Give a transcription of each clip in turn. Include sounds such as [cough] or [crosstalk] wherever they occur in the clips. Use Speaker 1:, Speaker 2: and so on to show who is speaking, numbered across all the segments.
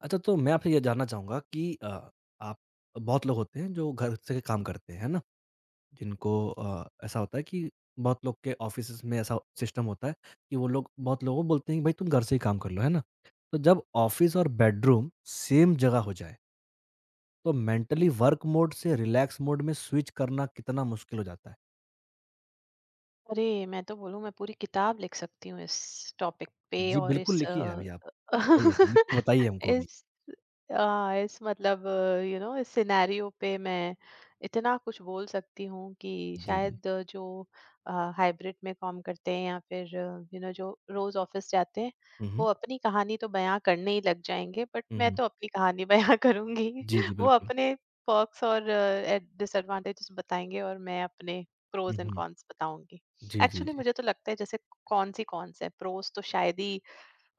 Speaker 1: अच्छा, तो मैं आपसे ये जानना चाहूँगा कि अ, आप बहुत लोग होते हैं जो घर से काम करते हैं, है ना? जिनको ऐसा होता है कि बहुत लोग के ऑफ़िसेज़ में ऐसा सिस्टम होता है कि वो लोग बहुत लोगों को बोलते हैं कि, "भाई, तुम घर से ही काम कर लो", है ना? तो जब ऑफ़िस और बेडरूम सेम जगह हो जाए तो मेंटली वर्क मोड से रिलैक्स मोड में स्विच करना कितना मुश्किल हो जाता है?
Speaker 2: अरे! मैं तो बोलूँ मैं पूरी किताब लिख सकती हूँ इस टॉपिक पे
Speaker 1: जी,
Speaker 2: और
Speaker 1: बिल्कुल लिखिए अभी आप। बताइए, लिख के बताइए
Speaker 2: [laughs]
Speaker 1: हमको भी।
Speaker 2: इस आ, इस मतलब इस सिनेरियो पे मैं इतना कुछ बोल सकती हूँ कि
Speaker 1: जी, जी।
Speaker 2: शायद जो हाइब्रिड में काम करते हैं या फिर जो रोज ऑफिस जाते हैं
Speaker 1: हुँ,
Speaker 2: वो
Speaker 1: हुँ।
Speaker 2: अपनी कहानी तो बयां करने ही लग जाएंगे, बट
Speaker 1: हुँ,
Speaker 2: मैं
Speaker 1: हुँ।
Speaker 2: तो अपनी कहानी बयां [laughs] करूंगी।
Speaker 1: जी, जी,
Speaker 2: वो
Speaker 1: बिल्कुल।
Speaker 2: अपने पर्क्स और डिसएडवांटेजेस बताएंगे और मैं अपने प्रोज
Speaker 1: हुँ,
Speaker 2: एंड
Speaker 1: हुँ।
Speaker 2: कॉन्स बताऊंगी।
Speaker 1: जी, जी,
Speaker 2: एक्चुअली
Speaker 1: जी।
Speaker 2: मुझे तो लगता है जैसे कौन सी कॉन्स है, प्रोज तो शायद ही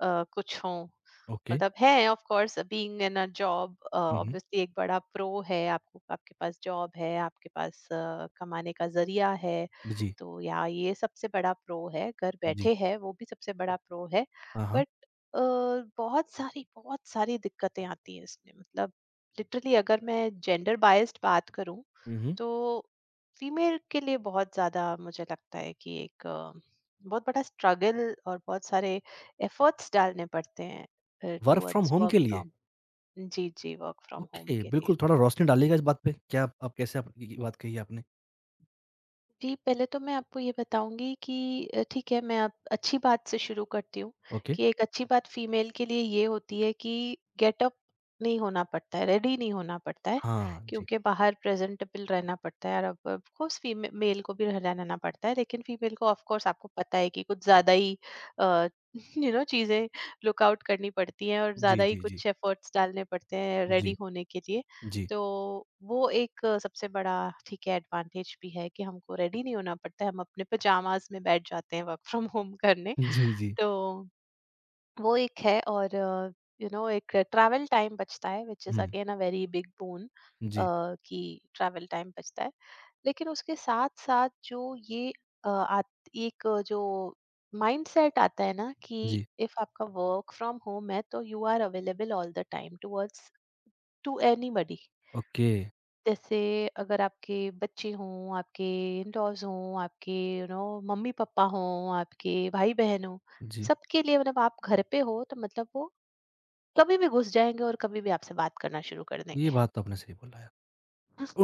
Speaker 2: कुछ हों।
Speaker 1: ओके।
Speaker 2: मतलब है, of course being in a job
Speaker 1: हुँ, हुँ।
Speaker 2: ऑब्वियसली एक बड़ा प्रो है, आपको आपके पास जॉब है, आपके पास कमाने का जरिया है।
Speaker 1: जी,
Speaker 2: तो या ये सबसे बड़ा प्रो है, घर
Speaker 1: जी।
Speaker 2: बैठे है वो भी सबसे बड़ा प्रो है।
Speaker 1: हाँ, हाँ।
Speaker 2: बट बहुत सारी दिक्कतें आती हैं इसमें। मतलब लिटरली अगर मैं जेंडर बायस्ड बात करूं
Speaker 1: हुँ, हुँ।
Speaker 2: तो फीमेल के लिए बहुत ज्यादा मुझे लगता है कि एक बहुत बड़ा स्ट्रगल और बहुत सारे एफर्ट्स डालने पड़ते हैं
Speaker 1: work from
Speaker 2: towards
Speaker 1: home
Speaker 2: work
Speaker 1: के लिए?
Speaker 2: फ्रॉम। जी जी, वर्क फ्रॉम होम
Speaker 1: ओके,
Speaker 2: के लिए।
Speaker 1: बिल्कुल थोड़ा रोशनी डालिएगा इस बात पे। क्या आप कैसे आप ये बात कही आपने?
Speaker 2: जी, पहले तो मैं आपको ये बताऊँगी कि ठीक है, मैं आप अच्छी बात से शुरू करती हूँ
Speaker 1: ओके।
Speaker 2: कि एक अच्छी बात फ़ीमेल के लिए ये होती है कि गेटअप नहीं होना पड़ता है, रेडी नहीं होना पड़ता है,
Speaker 1: हाँ, जी।
Speaker 2: क्योंकि बाहर प्रेज़ेंटेबल रहना पड़ता है और अब ऑफ़ कोर्स फ़ीमे मेल को भी रहना रहना पड़ता है, लेकिन फ़ीमेल को ऑफ़ कोर्स आपको पता है कि कुछ ज़्यादा ही अ, [laughs] चीज़ें लुक आउट करनी पड़ती हैं और
Speaker 1: जी,
Speaker 2: ज़्यादा ही
Speaker 1: जी, जी।
Speaker 2: कुछ एफ़र्ट्स डालने पड़ते हैं रेडी
Speaker 1: जी,
Speaker 2: होने के लिए।
Speaker 1: जी।
Speaker 2: तो वो एक सबसे बड़ा ठीक है एडवांटेज भी है कि हमको रेडी नहीं होना पड़ता है, हम अपने पजामाज में बैठ जाते हैं वर्क फ्रॉम होम [laughs] करने।
Speaker 1: जी, जी।
Speaker 2: तो वो एक है और एक ट्रैवल टाइम बचता है विच इज
Speaker 1: हुँ।
Speaker 2: Again a very big bone
Speaker 1: जी,
Speaker 2: कि ट्रैवल टाइम बचता है, लेकिन उसके साथ साथ जो ये जो माइंडसेट आता है ना कि
Speaker 1: जी।
Speaker 2: इफ आपका वर्क फ्रॉम होम है तो you are available all the time towards to anybody.
Speaker 1: Okay,
Speaker 2: जैसे अगर आपके बच्चे हों, आपके इन-लॉज़ हों, आपके मम्मी-पापा हों, आपके भाई-बहन हों,
Speaker 1: जी।
Speaker 2: सबके लिए मतलब आप घर पे हो तो मतलब वो कभी भी घुस जाएँगे और कभी भी आपसे बात करना शुरू कर
Speaker 1: ये
Speaker 2: देंगे।
Speaker 1: बात तो आपने सही बोला है।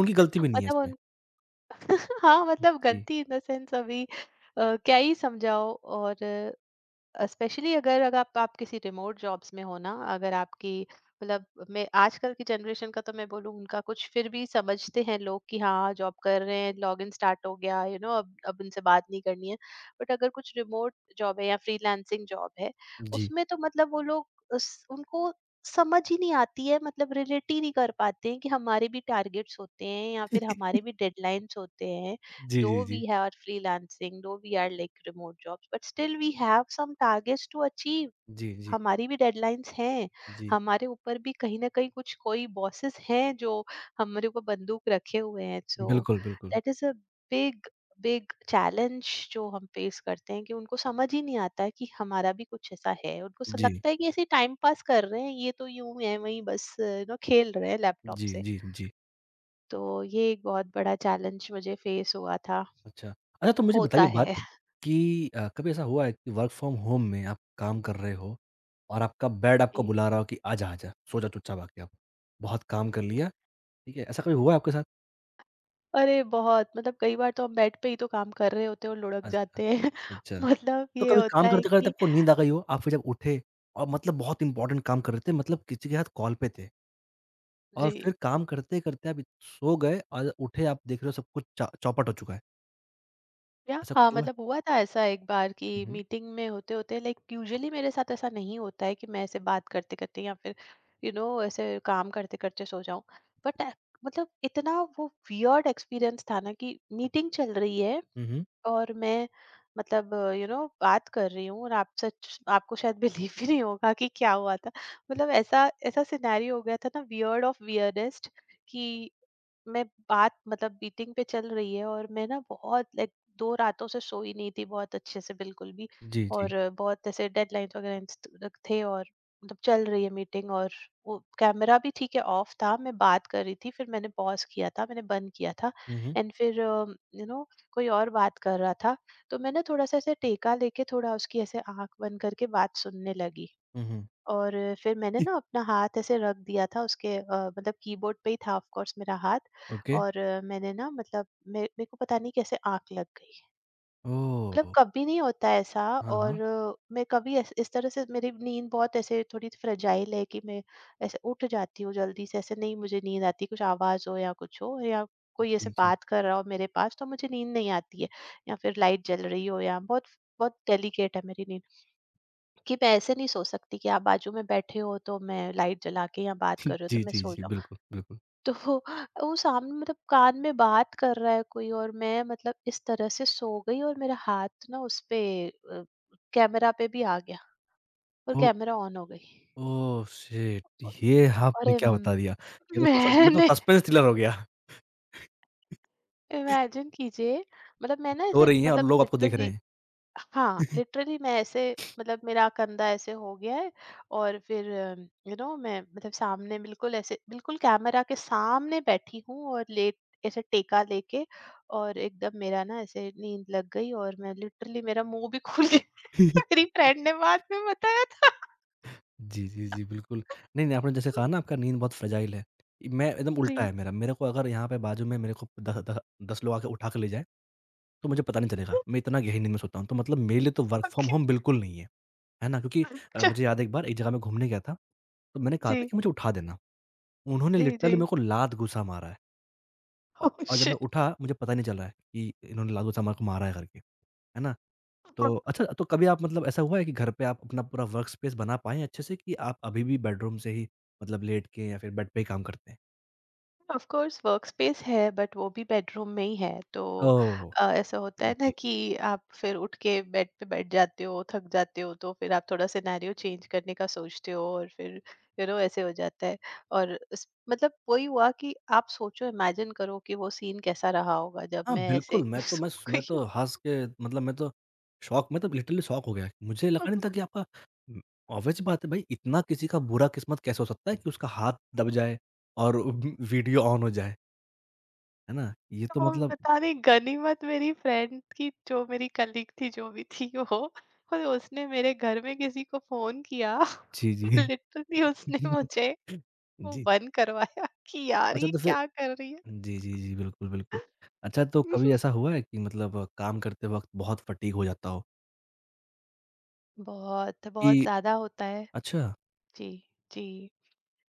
Speaker 1: उनकी गलती
Speaker 2: [laughs]
Speaker 1: भी नहीं है
Speaker 2: मतलब
Speaker 1: इसमें।
Speaker 2: उन [laughs] हाँ, मतलब
Speaker 1: जी,
Speaker 2: गलती इन द सेंस अभी क्या ही समझाओ। और स्पेशली अगर अगर आप किसी रिमोट जॉब्स में हो ना, अगर आपकी मतलब मैं आजकल की जनरेशन का तो मैं बोलूँ उनका कुछ फिर भी समझते हैं लोग कि हाँ जॉब कर रहे हैं लॉग इन स्टार्ट हो गया यू you नो know, अब उनसे बात नहीं करनी है। बट अगर कुछ रिमोट जॉब है या फ्रीलांसिंग जॉब है
Speaker 1: जी।
Speaker 2: उसमें तो मतलब वो लोग उनको समझ ही नहीं आती है, मतलब रिलेट ही नहीं कर पाते हैं कि हमारे भी टारगेट्स होते हैं या फिर हमारे भी डेडलाइंस होते हैं।
Speaker 1: जी,
Speaker 2: Though
Speaker 1: ji,
Speaker 2: we
Speaker 1: ji.
Speaker 2: are freelancing though we are like remote jobs but still we have some targets to achieve.
Speaker 1: जी, जी,
Speaker 2: हमारी भी डेडलाइंस हैं।
Speaker 1: जी।
Speaker 2: हमारे ऊपर भी कहीं ना कहीं कुछ कोई बॉसेस हैं जो हमारे ऊपर बंदूक रखे हुए हैं, सो
Speaker 1: बिल्कुल, बिल्कुल।
Speaker 2: That is a big big challenge जो हम फेस करते हैं कि उनको समझ ही नहीं आता है कि हमारा भी कुछ ऐसा है। उनको
Speaker 1: जी।
Speaker 2: लगता है कि ऐसे टाइम पास कर रहे हैं, ये तो यूं है वहीं बस खेल रहे हैं लैपटॉप
Speaker 1: जी,
Speaker 2: से।
Speaker 1: जी, जी।
Speaker 2: तो ये एक बहुत बड़ा चैलेंज मुझे फेस हुआ था।
Speaker 1: अच्छा। अच्छा, तो मुझे बताइए
Speaker 2: होता
Speaker 1: एक बात
Speaker 2: है।
Speaker 1: कि कभी ऐसा हुआ है कि वर्क फ्रॉम होम में आप काम कर रहे हो और आपका बेड आपको
Speaker 2: जी।
Speaker 1: बुला रहा हो कि आजा आजा सो जा चुपचाप, आके आप बहुत काम कर लिया, ठीक है? ऐसा कभी हुआ है आपके साथ?
Speaker 2: अरे! बहुत मतलब कई बार तो हम बेड पे ही तो काम कर रहे होते हैं और लुढ़क
Speaker 1: अच्छा।
Speaker 2: जाते हैं।
Speaker 1: अच्छा,
Speaker 2: [laughs] मतलब
Speaker 1: तो
Speaker 2: ये
Speaker 1: कभी काम
Speaker 2: होता है
Speaker 1: करते करते
Speaker 2: कि
Speaker 1: आपको नींद आ गई हो, आप फिर जब उठे, और मतलब बहुत इंपॉर्टेंट काम कर रहे थे, मतलब किसी के साथ कॉल पे थे, और
Speaker 2: जी।
Speaker 1: फिर काम करते करते आप सो गए और उठे, आप देख रहे हो सब कुछ चौपट हो चुका है?
Speaker 2: या
Speaker 1: ऐसा
Speaker 2: हाँ,
Speaker 1: कुछ हुआ है?
Speaker 2: मतलब हुआ था ऐसा एक बार कि
Speaker 1: हम्म।
Speaker 2: मीटिंग में होते-होते लाइक यूजुअली मेरे साथ ऐसा नहीं होता है कि मैं ऐसे बात करते-करते या फिर ऐसे काम करते-करते सो जाऊँ। बट मतलब इतना वो वियर्ड एक्सपीरियंस था ना कि मीटिंग चल रही है
Speaker 1: हम्म।
Speaker 2: और मैं मतलब बात कर रही हूँ और आप सच आपको शायद बिलीव भी नहीं होगा कि क्या हुआ था। मतलब ऐसा ऐसा सिनेरियो हो गया था ना, वियर्ड ऑफ वियर्डेस्ट, कि मैं बात मतलब बीटिंग पे चल रही है और मैं ना बहुत लाइक दो रातों से सोई नहीं थी, बहुत अच्छे से बिल्कुल भी,
Speaker 1: जी, जी।
Speaker 2: और बहुत ऐसे डेडलाइंस वगैरह थे और मतलब चल रही है मीटिंग, और वो कैमरा भी ठीक है ऑफ था, मैं बात कर रही थी, फिर मैंने पॉज किया था, मैंने बंद किया था।
Speaker 1: हम्म।
Speaker 2: एंड फिर कोई और बात कर रहा था तो मैंने थोड़ा-सा ऐसे टेका लेके थोड़ा उसकी ऐसे आँख बंद करके बात सुनने लगी,
Speaker 1: हम्म।
Speaker 2: और फिर मैंने ना
Speaker 1: [laughs]
Speaker 2: अपना हाथ ऐसे रख दिया था उसके मतलब कीबोर्ड पे ही था ऑफ कोर्स मेरा हाथ,
Speaker 1: ओके।
Speaker 2: और मैंने ना मतलब मे मेरे को पता नहीं कैसे आँख लग गई।
Speaker 1: ओ।
Speaker 2: मतलब कभी नहीं होता है ऐसा।
Speaker 1: हाँ, हाँ।
Speaker 2: और मैं कभी इस तरह से मेरी नींद बहुत ऐसे थोड़ी फ्रेजाइल है कि मैं ऐसे उठ जाती हूँ जल्दी से, ऐसे नहीं मुझे नींद आती, कुछ आवाज हो या कुछ हो या कोई
Speaker 1: जी,
Speaker 2: ऐसे
Speaker 1: जी।
Speaker 2: बात कर रहा हो मेरे पास तो मुझे नींद नहीं आती है, या फिर लाइट जल रही हो, या बहुत बहुत डेलिकेट है मेरी नींद कि मैं ऐसे नहीं सो सकती कि आप बाजू में बैठे हो तो मैं लाइट जला के या बात कर रहे हो
Speaker 1: जी,
Speaker 2: तो मैं
Speaker 1: जी,
Speaker 2: सो
Speaker 1: जी।
Speaker 2: जाऊं।
Speaker 1: बिल्कुल, बिल्कुल।
Speaker 2: तो वो सामने मतलब कान में बात कर रहा है कोई और मैं मतलब इस तरह से सो गई और मेरा हाथ ना उस पे अ, कैमरा पे भी आ गया और
Speaker 1: तो
Speaker 2: कैमरा ऑन हो गई।
Speaker 1: Oh shit! ये आपने
Speaker 2: अरे
Speaker 1: क्या बता
Speaker 2: म
Speaker 1: दिया? ये तो
Speaker 2: मैंने
Speaker 1: सस्पेंस थ्रिलर हो गया।
Speaker 2: [laughs] इमेजिन कीजिए। मतलब मैं ना
Speaker 1: सो
Speaker 2: ऐसे
Speaker 1: रही हैं और
Speaker 2: मतलब
Speaker 1: लोग आपको देख रहे
Speaker 2: लिटरली
Speaker 1: हैं।
Speaker 2: हाँ, लिटरली मैं ऐसे मतलब मेरा कंधा ऐसे हो गया है, और फिर मैं मतलब सामने बिल्कुल ऐसे बिल्कुल कैमरा के सामने बैठी हूँ और लेट ऐसे टेका लेके और एकदम मेरा ना ऐसे नींद लग गई और मैं लिटरली मेरा मुंह भी खुल गया। [laughs]
Speaker 1: [laughs]
Speaker 2: मेरी फ्रेंड ने बाद में बताया था।
Speaker 1: जी, जी, जी, बिल्कुल। नहीं, नहीं, आपने जैसे कहा
Speaker 2: [laughs]
Speaker 1: ना, आपका नींद बहुत फ्रेजाइल है। मैं, एकदम उल्टा
Speaker 2: जी।
Speaker 1: है मेरा। मेरे को अगर यहाँ पे बाजू में मेरे को दह दह 10 लोग आके उठा के ले जाएँ, तो मुझे पता नहीं चलेगा। मैं इतना गहरी नींद में सोता हूँ। तो मतलब मेरे लिए तो वर्क फ्रॉम
Speaker 2: ओके।
Speaker 1: होम बिल्कुल नहीं है। है ना? क्योंकि
Speaker 2: जी
Speaker 1: मुझे याद है एक बार एक जगह मैं घूमने गया था, तो मैंने कहा था कि मुझे उठा देना। उन्होंने
Speaker 2: जी जी।
Speaker 1: लिटरली मेरे को लात घूँसा मारा है। औ
Speaker 2: ओह
Speaker 1: और जब मैं
Speaker 2: शिट!
Speaker 1: उठा, मुझे पता ही नहीं चल रहा है कि इन्होंने लालू शर्मा को मारा है करके, है ना? तो अच्छा, तो कभी आप मतलब ऐसा हुआ है कि घर पे आप अपना पूरा वर्क स्पेस बना पाएँ हैं अच्छे से, कि आप अभी भी बेडरूम से ही मतलब लेट के या फिर बेड पे ही काम करते हैं?
Speaker 2: ऑफ कोर्स वर्क स्पेस है बट वो भी बेडरूम में ही है, तो
Speaker 1: ओह!
Speaker 2: ऐसा होता है ना
Speaker 1: जी।
Speaker 2: कि आप फिर उठ के बेड पे बैठ जाते हो, थक जाते हो, तो फिर आप थोड़ा सिनेरियो चेंज करने का सोचते हो, और फिर ऐसे हो जाता है। और मतलब वही हुआ कि आप सोचो, इमेजिन करो कि वो सीन कैसा रहा होगा जब
Speaker 1: हाँ,
Speaker 2: मैं ऐसे
Speaker 1: बिल्कुल। मैं तो
Speaker 2: [laughs] सो
Speaker 1: मैं स मैं
Speaker 2: गई
Speaker 1: तो
Speaker 2: हूँ।
Speaker 1: हँस के, मतलब मैं तो शॉक, मैं तो लिटरली शॉक हो गया। मुझे लगा नहीं था कि उम, ऑब्वियस सी बात है, भई इतना किसी का बुरा किस्मत कैसे हो सकता है कि उसका हाथ दब जाए और वीडियो ऑन हो जाए, है ना? ये तो
Speaker 2: तो
Speaker 1: मतलब
Speaker 2: बताने गनीमत मेरी फ्रेंड की, जो मेरी कलीग थी जो भी थी वो, और उसने मेरे घर में किसी को फोन किया।
Speaker 1: जी,
Speaker 2: [laughs]
Speaker 1: जी।
Speaker 2: लिटरली उसने
Speaker 1: जी।
Speaker 2: मुझे वो
Speaker 1: जी।
Speaker 2: बंद करवाया कि यार
Speaker 1: अच्छा,
Speaker 2: ये
Speaker 1: तो फिर
Speaker 2: क्या कर रही है।
Speaker 1: जी, जी, जी, बिल्कुल, बिल्कुल। अच्छा, तो कभी ऐसा
Speaker 2: [laughs]
Speaker 1: हुआ है कि मतलब काम करते वक़्त बहुत फटीग हो जाता हो,
Speaker 2: बहुत बहुत
Speaker 1: कि
Speaker 2: ज्यादा होता है।
Speaker 1: अच्छा।
Speaker 2: जी जी।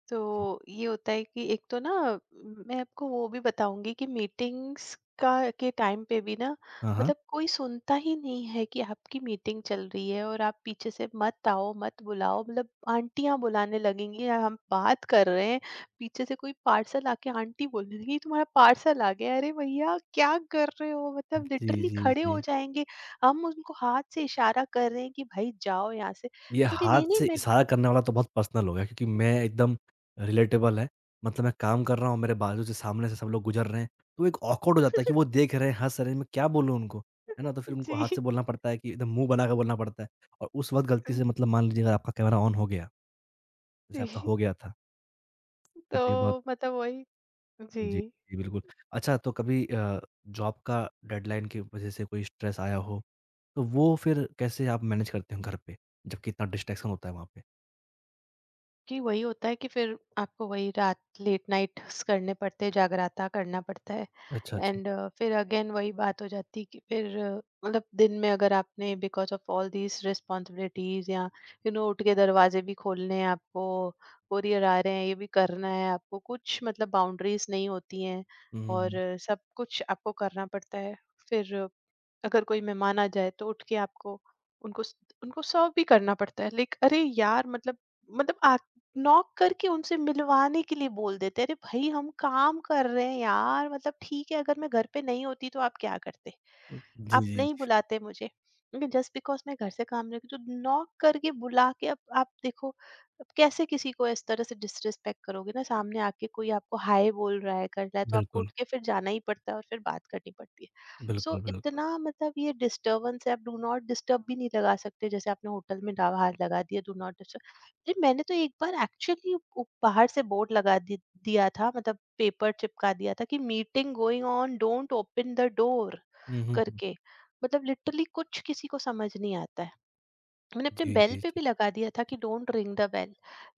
Speaker 2: तो
Speaker 1: जी।
Speaker 2: ये होता है कि एक तो ना मैं आपको वो भी बताऊंगी कि मीटिंग्स का के टाइम पे भी ना
Speaker 1: हाँ, हाँ।
Speaker 2: मतलब कोई सुनता ही नहीं है कि आपकी मीटिंग चल रही है और आप पीछे से मत आओ मत बुलाओ। मतलब आंटियां बुलाने लगेंगी, "यार, हम बात कर रहे हैं।" पीछे से कोई पार्सल आके आंटी बोलने लगी तुम्हारा पार्सल आ गया। अरे भैया क्या कर रहे हो, मतलब
Speaker 1: जी,
Speaker 2: लिटरली
Speaker 1: जी,
Speaker 2: खड़े हो
Speaker 1: जी।
Speaker 2: जाएंगे। हम उनको हाथ से इशारा कर रहे हैं कि भाई जाओ यहाँ से,
Speaker 1: ये
Speaker 2: बोलती
Speaker 1: हाथ
Speaker 2: नहीं, नहीं
Speaker 1: से
Speaker 2: मैं
Speaker 1: इशारा करने वाला तो बहुत पर्सनल हो गया, क्योंकि मैं एकदम रिलेटेबल है। मतलब मैं काम कर रहा हूँ, मेरे बाजू से सामने से सब लोग गुज़र रहे हैं, तो एक ऑकवर्ड हो जाता है कि वो
Speaker 2: [laughs]
Speaker 1: देख रहे हैं, हँस रहे हैं, मैं क्या बोलूँ उनको? है ना? तो फिर उनको हाथ से
Speaker 2: जी
Speaker 1: बोलना पड़ता है, कि एकदम मुँह बनाकर बोलना पड़ता है। और उस वक़्त गलती से मतलब मान लीजिए अगर आपका कैमरा ऑन हो गया, जैसे आपका
Speaker 2: जी।
Speaker 1: हो गया था। फिर तो ये बहुत
Speaker 2: तो मतलब वही
Speaker 1: जी,
Speaker 2: जी।
Speaker 1: जी, बिल्कुल। अच्छा, तो कभी जॉब का डेडलाइन की वज़ह से कोई स्ट्रेस आया हो, तो वो फिर कैसे आप मैनेज करते हो घर पे, जबकि इतना डिस्ट्रैक्शन होता है वहाँ पे?
Speaker 2: कि वही होता है कि फिर आपको वही रात लेट नाइट्स करने पड़ते हैं, जागराता करना पड़ता है।
Speaker 1: अच्छा, अच्छा।
Speaker 2: एंड फिर अगेन वही बात हो जाती है कि फिर मतलब दिन में अगर आपने because of all these responsibilities या उठ के दरवाजे भी खोलने हैं आपको, कोरियर आ रहे हैं ये भी करना है आपको, कुछ मतलब बाउंड्रीज नहीं होती हैं और
Speaker 1: हुँ,
Speaker 2: सब कुछ आपको करना पड़ता है। फिर अगर कोई मेहमान आ जाए तो उठ के आपको उनको उनको सर्व भी करना पड़ता है, लाइक अरे यार मतलब मतलब नॉक करके उनसे मिलवाने के लिए बोल देते हैं, अरे भाई हम काम कर रहे हैं यार मतलब ठीक है, अगर मैं घर पे नहीं होती तो आप क्या करते?
Speaker 1: जी,
Speaker 2: आप
Speaker 1: जी,
Speaker 2: नहीं
Speaker 1: जी।
Speaker 2: बुलाते मुझे। जस्ट बिकॉज़ मैं घर से काम नहीं, तो नॉक करके बुला के अब आप देखो। अब कैसे किसी को इस तरह से डिसरिस्पेक्ट करोगे ना, सामने आके कोई आपको हाय बोल रहा है, कर रहा है, तो आपको
Speaker 1: बिल्कुल,
Speaker 2: उठ के फिर जाना ही पड़ता है और फिर बात करनी पड़ती है।
Speaker 1: बिल्कुल,
Speaker 2: सो
Speaker 1: बिल्कुल।
Speaker 2: इतना मतलब ये डिस्टर्बेंस है। आप डू नॉट डिस्टर्ब भी नहीं लगा सकते, जैसे आपने होटल में दा बाहर लगा दिया डू नॉट डिस्टर्ब। अरे मैंने तो एक बार एक्चुअली बाहर से बोर्ड लगा दिया था, मतलब पेपर चिपका दिया था कि meeting going on don't open the door
Speaker 1: हुँ, हुँ, हुँ।
Speaker 2: करके। मतलब लिटरली कुछ किसी को समझ नहीं आता है। मैंने अपने
Speaker 1: जी,
Speaker 2: बेल
Speaker 1: जी,
Speaker 2: पे
Speaker 1: जी।
Speaker 2: भी लगा दिया था कि don't ring the bell.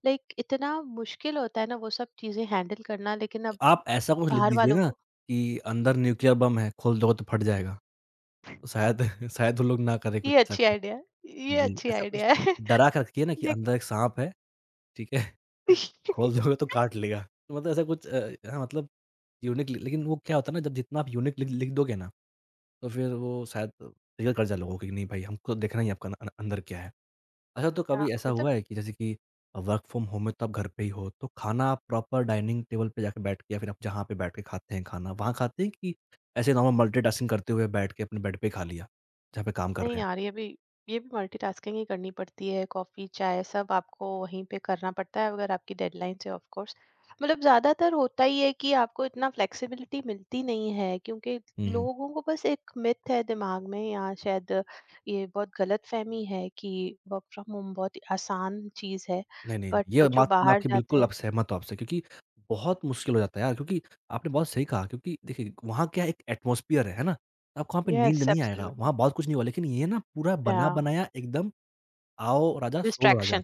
Speaker 2: Like इतना मुश्किल होता है ना वो सब चीजें हैंडल करना, लेकिन
Speaker 1: तो
Speaker 2: अब
Speaker 1: आप ऐसा कुछ लिख
Speaker 2: बाहर
Speaker 1: दीजिए
Speaker 2: वालों
Speaker 1: ना
Speaker 2: को।
Speaker 1: कि अंदर न्यूक्लियर बम है, खोल दोगे तो फट जाएगा। तो शायद [laughs] शायद वो लोग ना करें कुछ
Speaker 2: ये
Speaker 1: ऐसा।
Speaker 2: अच्छी
Speaker 1: कर।
Speaker 2: आइडिया है। ये
Speaker 1: जी,
Speaker 2: अच्छी
Speaker 1: ऐसा कुछ
Speaker 2: आइडिया है।
Speaker 1: डरा कर रखिए ना
Speaker 2: [laughs]
Speaker 1: कि
Speaker 2: देखती-
Speaker 1: अंदर एक साँप है, ठीक है? खोल दोगे
Speaker 2: [laughs]
Speaker 1: तो काट लेगा। तो मतलब ऐसा कुछ हाँ, मतलब यूनिक लि लेकिन वो क्या होता है ना, जब जितना आप यूनिक लिख लिख दोगे ना, तो फिर वो शायद ट्रिगर कर जाए लोगों को कि नहीं भाई, हमको तो देखना ही है आपका अंदर क्या है। अच्छा, तो
Speaker 2: हाँ,
Speaker 1: कभी ऐसा
Speaker 2: मतलब
Speaker 1: हुआ है कि जैसे कि वर्क फ्रॉम होम में तो आप घर पे ही हो, तो खाना आप प्रॉपर डाइनिंग टेबल पे जाके बैठ के, या फिर आप जहाँ पे बैठ के खाते हैं खाना, वहाँ खाते हैं, कि ऐसे नॉर्मल मल्टीटास्किंग करते हुए बैठ के अपने बेड पे खा लिया, जहाँ पे काम कर
Speaker 2: नहीं
Speaker 1: रहे हैं?
Speaker 2: यार, ये भी मल्टीटास्किंग ही करनी पड़ती है। कॉफी चाय सब आपको वहीं पे करना पड़ता है, अगर आपकी डेडलाइन से ऑफ कोर्स मतलब ज्यादातर होता ही है कि आपको इतना फ्लेक्सिबिलिटी मिलती नहीं है, क्योंकि
Speaker 1: हुँ, हुँ।
Speaker 2: लोगों को बस एक मिथ है दिमाग में, या शायद ये बहुत गलत फहमी है कि वर्क फ्रॉम होम बहुत आसान चीज है।
Speaker 1: नहीं, नहीं,
Speaker 2: बट
Speaker 1: ये
Speaker 2: जो
Speaker 1: बात मैं
Speaker 2: बाहर
Speaker 1: आपकी
Speaker 2: जाते
Speaker 1: बिल्कुल अब
Speaker 2: हैं।
Speaker 1: सहमत हूँ आपसे, क्योंकि बहुत मुश्किल हो जाता है यार, क्योंकि आपने बहुत सही कहा, क्योंकि देखिए वहाँ क्या है, एक एटमॉस्फियर है ना? आपको वहाँ पे
Speaker 2: यस
Speaker 1: नींद नहीं आएगा,
Speaker 2: एब्सोल्युटली।
Speaker 1: वहाँ बहुत कुछ नहीं हुआ, लेकिन ये ना पूरा
Speaker 2: या
Speaker 1: बना-बनाया, एकदम आओ राजा सो राजा।
Speaker 2: डिस्ट्रैक्शन।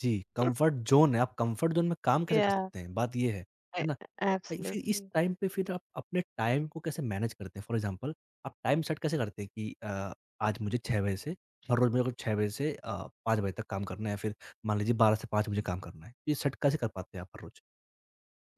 Speaker 1: जी, कम्फर्ट ज़ोन है, आप कम्फर्ट ज़ोन में काम कैसे कर
Speaker 2: या
Speaker 1: सकते हैं, बात ये है ना? तो फिर इस
Speaker 2: एब्सोल्युटली।
Speaker 1: टाइम पे फिर आप अपने टाइम को कैसे मैनेज करते हैं? फॉर एग्ज़ाम्पल, आप टाइम सेट कैसे करते हैं कि आज मुझे 6 बजे से हर जी। रोज़ मेरे को 6 बजे से 5 बजे तक काम करना है, फिर मान लीजिए 12 से 5 मुझे काम करना है। तो ये सेट कैसे कर पाते हैं आप हर रोज़?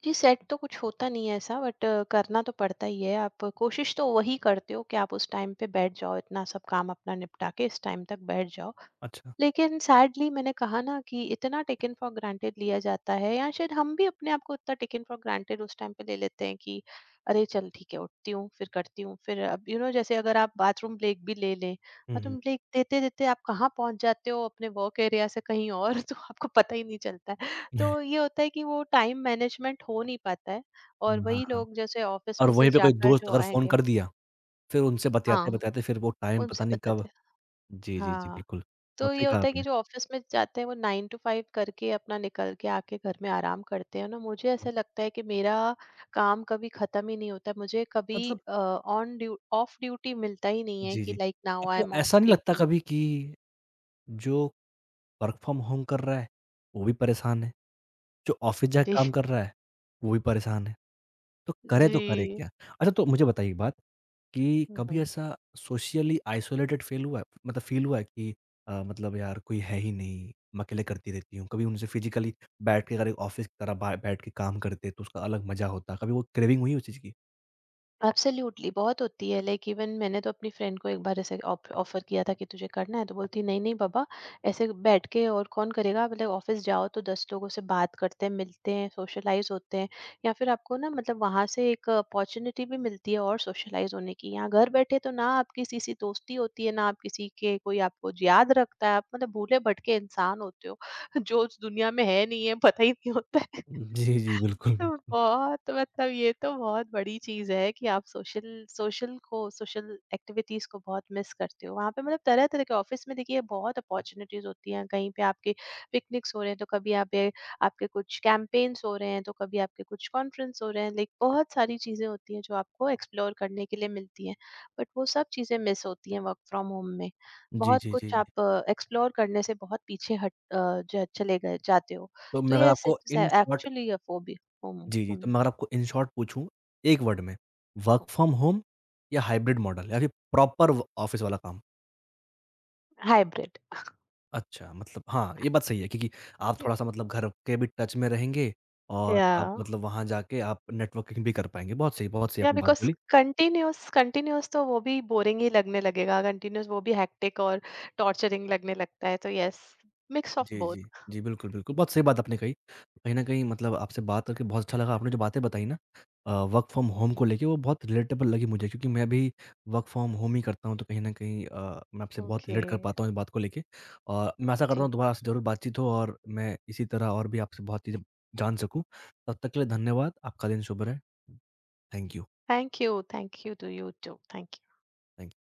Speaker 2: जी, सेट तो कुछ होता नहीं है ऐसा, बट करना तो पड़ता ही है। आप कोशिश तो वही करते हो कि आप उस टाइम पे बैठ जाओ, इतना सब काम अपना निपटा के इस टाइम तक बैठ जाओ।
Speaker 1: अच्छा।
Speaker 2: लेकिन सैडली मैंने कहा ना कि इतना टेकन फॉर ग्रांटेड लिया जाता है, या शायद हम भी अपने आप को उतना टेकन फॉर ग्रांटेड उस टाइम पे ले लेते हैं कि अरे चल ठीक है, उठती हूँ फिर करती हूँ, फिर अब यू नो जैसे अगर आप बाथरूम ब्रेक भी ले लें,
Speaker 1: हुँ, हुँ।
Speaker 2: बाथरूम ब्रेक देते देते आप कहाँ पहुंच जाते हो अपने वर्क एरिया से कहीं और। [laughs] तो आपको पता ही नहीं चलता है। तो
Speaker 1: [laughs]
Speaker 2: ये होता है कि वो टाइम मैनेजमेंट हो नहीं पाता है। और
Speaker 1: हाँ,
Speaker 2: वही
Speaker 1: हाँ।
Speaker 2: लोग जैसे ऑफिस
Speaker 1: और
Speaker 2: में से
Speaker 1: वहीं पे कोई
Speaker 2: जाकर
Speaker 1: दोस्त
Speaker 2: जो
Speaker 1: अगर फ़ोन
Speaker 2: आएंगे।
Speaker 1: कर दिया, फिर उनसे
Speaker 2: हाँ,
Speaker 1: बतियाते-बतियाते फिर वो टाइम
Speaker 2: उनसे
Speaker 1: पता नहीं कब
Speaker 2: बताते हैं।
Speaker 1: जी, जी, जी,
Speaker 2: हाँ,
Speaker 1: बिल्कुल।
Speaker 2: तो
Speaker 1: बहुत
Speaker 2: ये
Speaker 1: सही कहा
Speaker 2: होता है कि
Speaker 1: आपने।
Speaker 2: जो ऑफिस में जाते हैं वो नाइन टू फाइव करके अपना निकल के आके घर में आराम करते हैं ना। मुझे
Speaker 1: हुँ।
Speaker 2: ऐसा लगता है कि मेरा काम कभी खत्म ही नहीं होता है, मुझे कभी
Speaker 1: मतलब
Speaker 2: ऑन ड्यू ऑफ ड्यूटी मिलता ही नहीं है
Speaker 1: जी,
Speaker 2: कि
Speaker 1: जी।
Speaker 2: लाइक नाउ आई
Speaker 1: आपको
Speaker 2: एम ऑफ
Speaker 1: ऐसा नहीं लगता
Speaker 2: ड्यूटी।
Speaker 1: कभी कि जो वर्क फ्रॉम होम कर रहा है, वो भी परेशान है, जो ऑफ़िस जाके काम
Speaker 2: [laughs]
Speaker 1: कर रहा है, वो भी परेशान है,
Speaker 2: जी
Speaker 1: तो करे
Speaker 2: जी।
Speaker 1: क्या? अच्छा, तो मुझे बताइए एक बात, कि कभी ऐसा सोशली आइसोलेटेड फ़ील हुआ है? मतलब फ़ील हुआ है कि मतलब यार कोई है ही नहीं, मैं अकेले करती रहती हूँ। कभी उनसे फ़िज़िकली बैठ के, अगर एक ऑफ़िस की तरह बा बैठ के काम करते, तो उसका अलग मज़ा होता। कभी वो क्रेविंग हुई उस चीज़ की?
Speaker 2: एब्सोल्युटली बहुत होती है, लाइक इवन मैंने तो अपनी फ्रेंड को एक बार ऐसे ऑफर किया था कि तुझे करना है, तो बोलती नहीं नहीं बाबा ऐसे बैठ के, और कौन करेगा? मतलब ऑफिस जाओ तो दस लोगों से बात करते हैं, मिलते हैं, सोशलाइज होते हैं, या फिर आपको ना मतलब वहां से एक अपॉर्चुनिटी भी मिलती है और सोशलाइज होने की। यहाँ घर बैठे तो ना आप किसी से दोस्ती होती है, ना आप किसी के, कोई आपको याद रखता है, आप मतलब भूले भटके इंसान होते हो [laughs] जो उस दुनिया में है नहीं है पता ही नहीं होता है।
Speaker 1: जी, जी। बिल्कुल,
Speaker 2: तो
Speaker 1: बिल्कुल।
Speaker 2: बहुत मतलब ये तो बहुत बड़ी चीज है कि आप सोशल सोशल को सोशल एक्टिविटीज को बहुत मिस करते हो वहां पे। मतलब तरह तरह के ऑफिस में देखिए बहुत अपॉर्चुनिटीज होती हैं, कहीं पे आपके पिकनिक्स हो रहे हैं, तो कभी आप आपके कुछ कैंपेन्स हो रहे हैं, तो कभी आपके कुछ कॉन्फ्रेंस हो रहे हैं। लाइक बहुत सारी चीजें होती हैं जो आपको एक्सप्लोर करने के लिए मिलती हैं, बट वो सब चीजें मिस होती हैं वर्क फ्रॉम होम में।
Speaker 1: जी,
Speaker 2: बहुत
Speaker 1: जी, जी,
Speaker 2: कुछ
Speaker 1: जी।
Speaker 2: आप एक्सप्लोर करने से बहुत पीछे हट जो है चले गए जाते हो।
Speaker 1: तो
Speaker 2: तो
Speaker 1: मैं अगर
Speaker 2: यस इट
Speaker 1: आपको
Speaker 2: इज
Speaker 1: इन शॉर्ट
Speaker 2: एक्चुअली हम्म,
Speaker 1: जी, जी। तो
Speaker 2: हम्म।
Speaker 1: मैं अगर आपको इन शॉर्ट पूछूँ, एक वर्ड में, वर्क फ्रॉम होम या हाइब्रिड मॉडल या फिर प्रॉपर व ऑफ़िस वाला काम?
Speaker 2: हाइब्रिड।
Speaker 1: अच्छा, मतलब हाँ, ये बात सही है, क्योंकि आप थोड़ा-सा मतलब घर के भी टच में रहेंगे और
Speaker 2: या
Speaker 1: आप मतलब वहाँ जाके आप नेटवर्किंग भी कर पाएँगे। बहुत सही
Speaker 2: या
Speaker 1: आपने बात
Speaker 2: बिकॉज
Speaker 1: बोली।
Speaker 2: कंटिन्यूस कंटिन्यूस तो वो भी बोरिंग ही लगने लगेगा, कंटिन्यूस वो भी हेक्टिक और टॉर्चरिंग लगने लगता है, तो यस मिक्स ऑफ
Speaker 1: जी,
Speaker 2: बोथ।
Speaker 1: जी। जी, बिल्कुल, बिल्कुल। बहुत सही बात आपने कही। कहीं न कहीं मतलब आपसे बात करके बहुत अच्छा लगा। आपने जो बातें बताई ना वर्क फ्रॉम होम को लेके, वो बहुत रिलेटेबल लगी मुझे, क्योंकि मैं भी वर्क फ्रॉम होम ही करता हूँ, तो कहीं न कहीं मैं आपसे बहुत
Speaker 2: ओके।
Speaker 1: रिलेट कर पाता हूँ इस बात को लेके। और मैं आशा करता हूँ
Speaker 2: जी।
Speaker 1: दोबारा आपसे ज़रूर बातचीत हो, और मैं इसी तरह और भी आपसे बहुत चीज़ें जान सकूँ। तब तक के लिए धन्यवाद। आपका दिन शुभ रहे। Thank you.
Speaker 2: Thank you, thank you too, you too, thank
Speaker 1: thank